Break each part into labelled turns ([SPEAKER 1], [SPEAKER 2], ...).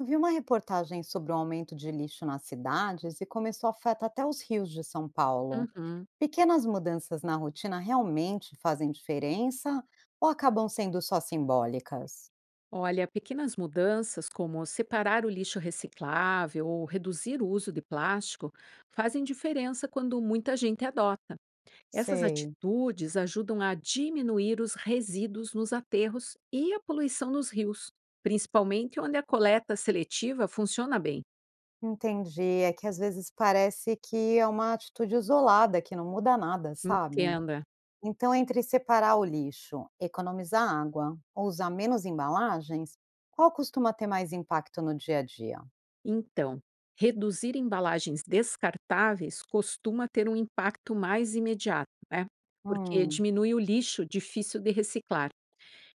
[SPEAKER 1] Vi uma reportagem sobre o aumento de lixo nas cidades e como isso afeta até os rios de São Paulo.
[SPEAKER 2] Uhum.
[SPEAKER 1] Pequenas mudanças na rotina realmente fazem diferença ou acabam sendo só simbólicas?
[SPEAKER 2] Olha, pequenas mudanças como separar o lixo reciclável ou reduzir o uso de plástico fazem diferença quando muita gente adota. Essas
[SPEAKER 1] Sei,
[SPEAKER 2] atitudes ajudam a diminuir os resíduos nos aterros e a poluição nos rios, principalmente onde a coleta seletiva funciona bem.
[SPEAKER 1] entendi. É que às vezes parece que é uma atitude isolada, que não muda nada, sabe?
[SPEAKER 2] Entenda.
[SPEAKER 1] Então, entre separar o lixo, economizar água ou usar menos embalagens, qual costuma ter mais impacto no dia a dia?
[SPEAKER 2] Então, reduzir embalagens descartáveis costuma ter um impacto mais imediato, né? Porque
[SPEAKER 1] Hum,
[SPEAKER 2] diminui o lixo difícil de reciclar.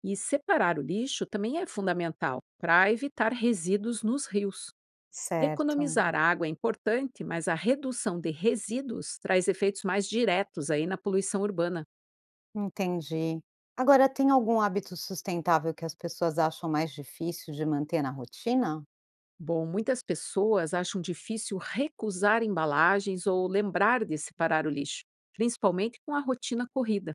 [SPEAKER 2] E separar o lixo também é fundamental para evitar resíduos nos rios.
[SPEAKER 1] certo.
[SPEAKER 2] Economizar água é importante, mas a redução de resíduos traz efeitos mais diretos aí na poluição urbana.
[SPEAKER 1] Entendi. Agora, tem algum hábito sustentável que as pessoas acham mais difícil de manter na rotina?
[SPEAKER 2] Bom, muitas pessoas acham difícil recusar embalagens ou lembrar de separar o lixo, principalmente com a rotina corrida.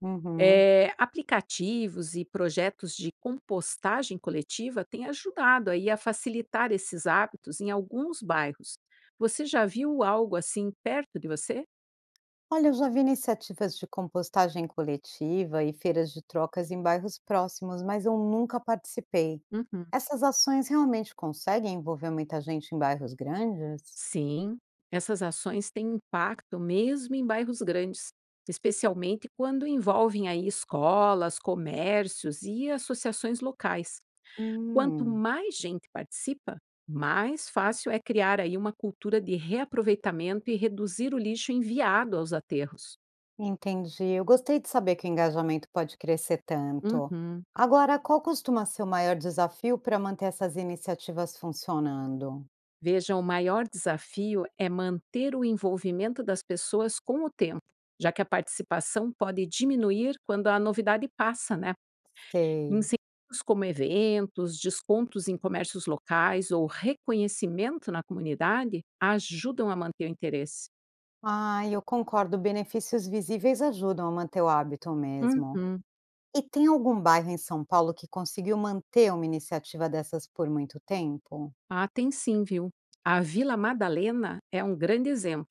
[SPEAKER 1] Uhum.
[SPEAKER 2] Aplicativos e projetos de compostagem coletiva têm ajudado aí a facilitar esses hábitos em alguns bairros. Você já viu algo assim perto de você?
[SPEAKER 1] Olha, eu já vi iniciativas de compostagem coletiva e feiras de trocas em bairros próximos, mas eu nunca participei.
[SPEAKER 2] Uhum.
[SPEAKER 1] Essas ações realmente conseguem envolver muita gente em bairros grandes?
[SPEAKER 2] Sim, essas ações têm impacto mesmo em bairros grandes, especialmente quando envolvem aí escolas, comércios e associações locais. Quanto
[SPEAKER 1] Hum,
[SPEAKER 2] mais gente participa, mais fácil é criar aí uma cultura de reaproveitamento e reduzir o lixo enviado aos aterros.
[SPEAKER 1] entendi. Eu gostei de saber que o engajamento pode crescer tanto.
[SPEAKER 2] Uhum.
[SPEAKER 1] Agora, qual costuma ser o maior desafio para manter essas iniciativas funcionando?
[SPEAKER 2] Veja, o maior desafio é manter o envolvimento das pessoas com o tempo, já que a participação pode diminuir quando a novidade passa, né?
[SPEAKER 1] Sei.
[SPEAKER 2] Incentivos como eventos, descontos em comércios locais ou reconhecimento na comunidade ajudam a manter o interesse.
[SPEAKER 1] Ah, eu concordo, benefícios visíveis ajudam a manter o hábito mesmo.
[SPEAKER 2] Uhum.
[SPEAKER 1] E tem algum bairro em São Paulo que conseguiu manter uma iniciativa dessas por muito tempo?
[SPEAKER 2] Ah, tem sim, viu? A Vila Madalena é um grande exemplo,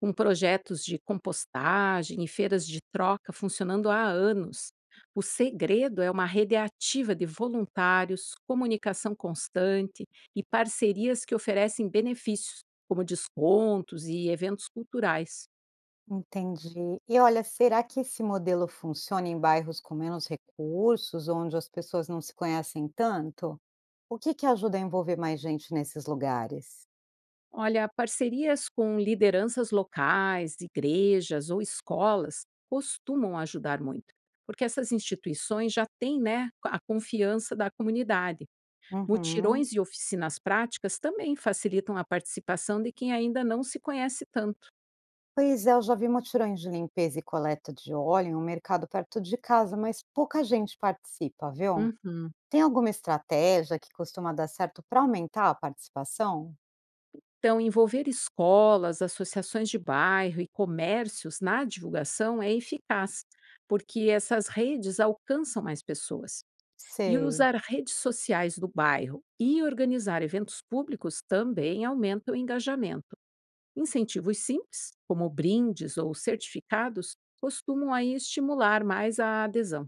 [SPEAKER 2] com projetos de compostagem e feiras de troca funcionando há anos. O segredo é uma rede ativa de voluntários, comunicação constante e parcerias que oferecem benefícios, como descontos e eventos culturais.
[SPEAKER 1] Entendi. E olha, será que esse modelo funciona em bairros com menos recursos, onde as pessoas não se conhecem tanto? O que que ajuda a envolver mais gente nesses lugares?
[SPEAKER 2] Olha, parcerias com lideranças locais, igrejas ou escolas costumam ajudar muito, porque essas instituições já têm, né, a confiança da comunidade.
[SPEAKER 1] Uhum.
[SPEAKER 2] Mutirões e oficinas práticas também facilitam a participação de quem ainda não se conhece tanto.
[SPEAKER 1] Pois é, eu já vi mutirões de limpeza e coleta de óleo em um mercado perto de casa, mas pouca gente participa, viu?
[SPEAKER 2] Uhum.
[SPEAKER 1] Tem alguma estratégia que costuma dar certo para aumentar a participação?
[SPEAKER 2] Então, envolver escolas, associações de bairro e comércios na divulgação é eficaz, porque essas redes alcançam mais pessoas. E
[SPEAKER 1] Sei.
[SPEAKER 2] usar redes sociais do bairro e organizar eventos públicos também aumenta o engajamento. Incentivos simples, como brindes ou certificados, costumam aí estimular mais a adesão.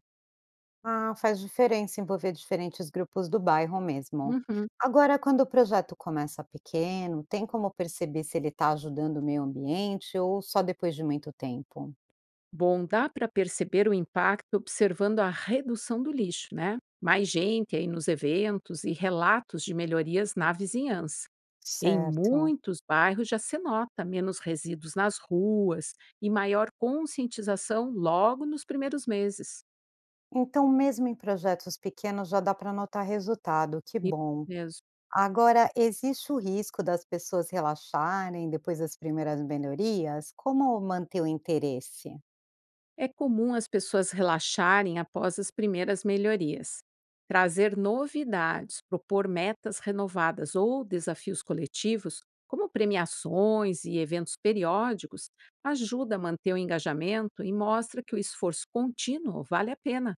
[SPEAKER 1] Ah, faz diferença envolver diferentes grupos do bairro mesmo.
[SPEAKER 2] Uhum.
[SPEAKER 1] Agora, quando o projeto começa pequeno, tem como perceber se ele está ajudando o meio ambiente ou só depois de muito tempo?
[SPEAKER 2] Bom, dá para perceber o impacto observando a redução do lixo, né? Mais gente aí nos eventos e relatos de melhorias na vizinhança. Em
[SPEAKER 1] Certo.
[SPEAKER 2] muitos bairros já se nota menos resíduos nas ruas e maior conscientização logo nos primeiros meses.
[SPEAKER 1] Então, mesmo em projetos pequenos, já dá para notar resultado, que
[SPEAKER 2] Isso
[SPEAKER 1] bom.
[SPEAKER 2] mesmo.
[SPEAKER 1] Agora, existe o risco das pessoas relaxarem depois das primeiras melhorias? Como manter o interesse?
[SPEAKER 2] É comum as pessoas relaxarem após as primeiras melhorias. Trazer novidades, propor metas renovadas ou desafios coletivos, como premiações e eventos periódicos, ajuda a manter o engajamento e mostra que o esforço contínuo vale a pena.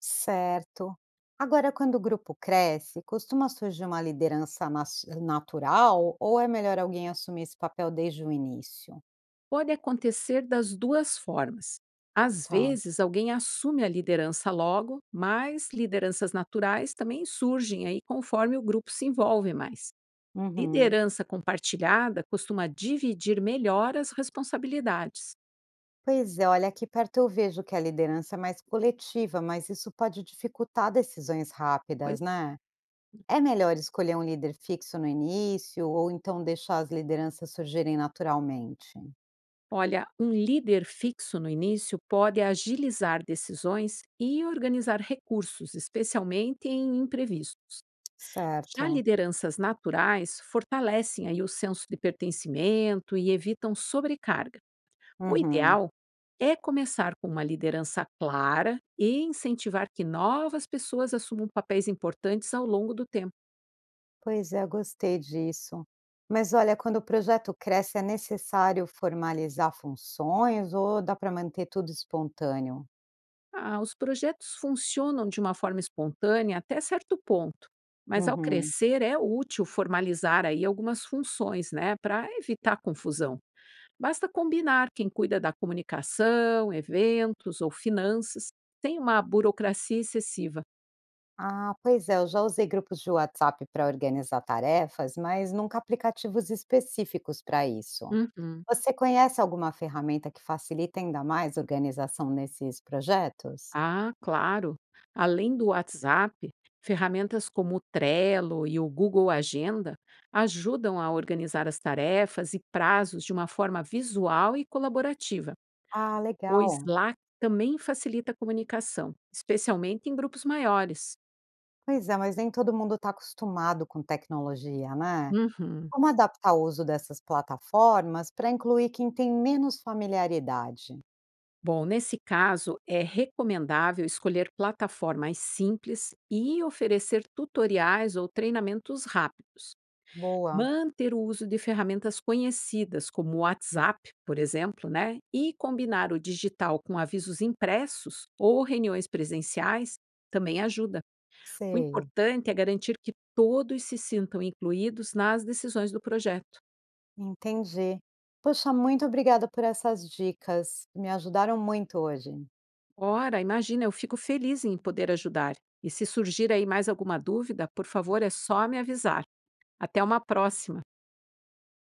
[SPEAKER 1] Certo. Agora, quando o grupo cresce, costuma surgir uma liderança natural ou é melhor alguém assumir esse papel desde o início?
[SPEAKER 2] Pode acontecer das duas formas. Às
[SPEAKER 1] Tá.
[SPEAKER 2] vezes, alguém assume a liderança logo, mas lideranças naturais também surgem aí conforme o grupo se envolve mais.
[SPEAKER 1] Uhum.
[SPEAKER 2] Liderança compartilhada costuma dividir melhor as responsabilidades.
[SPEAKER 1] Pois é, olha, aqui perto eu vejo que a liderança é mais coletiva, mas isso pode dificultar decisões
[SPEAKER 2] Pois.
[SPEAKER 1] rápidas, né? É melhor escolher um líder fixo no início ou então deixar as lideranças surgirem naturalmente?
[SPEAKER 2] Olha, um líder fixo no início pode agilizar decisões e organizar recursos, especialmente em imprevistos. Já
[SPEAKER 1] Certo.
[SPEAKER 2] lideranças naturais fortalecem aí o senso de pertencimento e evitam sobrecarga. O
[SPEAKER 1] Uhum.
[SPEAKER 2] ideal é começar com uma liderança clara e incentivar que novas pessoas assumam papéis importantes ao longo do tempo.
[SPEAKER 1] Pois é, gostei disso. Mas olha, quando o projeto cresce, é necessário formalizar funções ou dá para manter tudo espontâneo?
[SPEAKER 2] Ah, os projetos funcionam de uma forma espontânea até certo ponto, mas ao
[SPEAKER 1] Uhum.
[SPEAKER 2] crescer é útil formalizar aí algumas funções, né, para evitar confusão. Basta combinar quem cuida da comunicação, eventos ou finanças, sem uma burocracia excessiva.
[SPEAKER 1] Ah, pois é, eu já usei grupos de WhatsApp para organizar tarefas, mas nunca aplicativos específicos para isso.
[SPEAKER 2] Uhum.
[SPEAKER 1] Você conhece alguma ferramenta que facilite ainda mais a organização nesses projetos?
[SPEAKER 2] Ah, claro! Além do WhatsApp, ferramentas como o Trello e o Google Agenda ajudam a organizar as tarefas e prazos de uma forma visual e colaborativa.
[SPEAKER 1] Ah,
[SPEAKER 2] O
[SPEAKER 1] legal.
[SPEAKER 2] Slack também facilita a comunicação, especialmente em grupos maiores.
[SPEAKER 1] Pois é, mas nem todo mundo está acostumado com tecnologia, né?
[SPEAKER 2] Uhum.
[SPEAKER 1] Como adaptar o uso dessas plataformas para incluir quem tem menos familiaridade?
[SPEAKER 2] Bom, nesse caso, é recomendável escolher plataformas simples e oferecer tutoriais ou treinamentos rápidos.
[SPEAKER 1] Boa,
[SPEAKER 2] Manter o uso de ferramentas conhecidas, como o WhatsApp, por exemplo, né? E combinar o digital com avisos impressos ou reuniões presenciais também ajuda. O
[SPEAKER 1] sei,
[SPEAKER 2] importante é garantir que todos se sintam incluídos nas decisões do projeto.
[SPEAKER 1] entendi. Poxa, muito obrigada por essas dicas, me ajudaram muito hoje.
[SPEAKER 2] Ora, imagina, eu fico feliz em poder ajudar. E se surgir aí mais alguma dúvida, por favor, é só me avisar. Até uma próxima.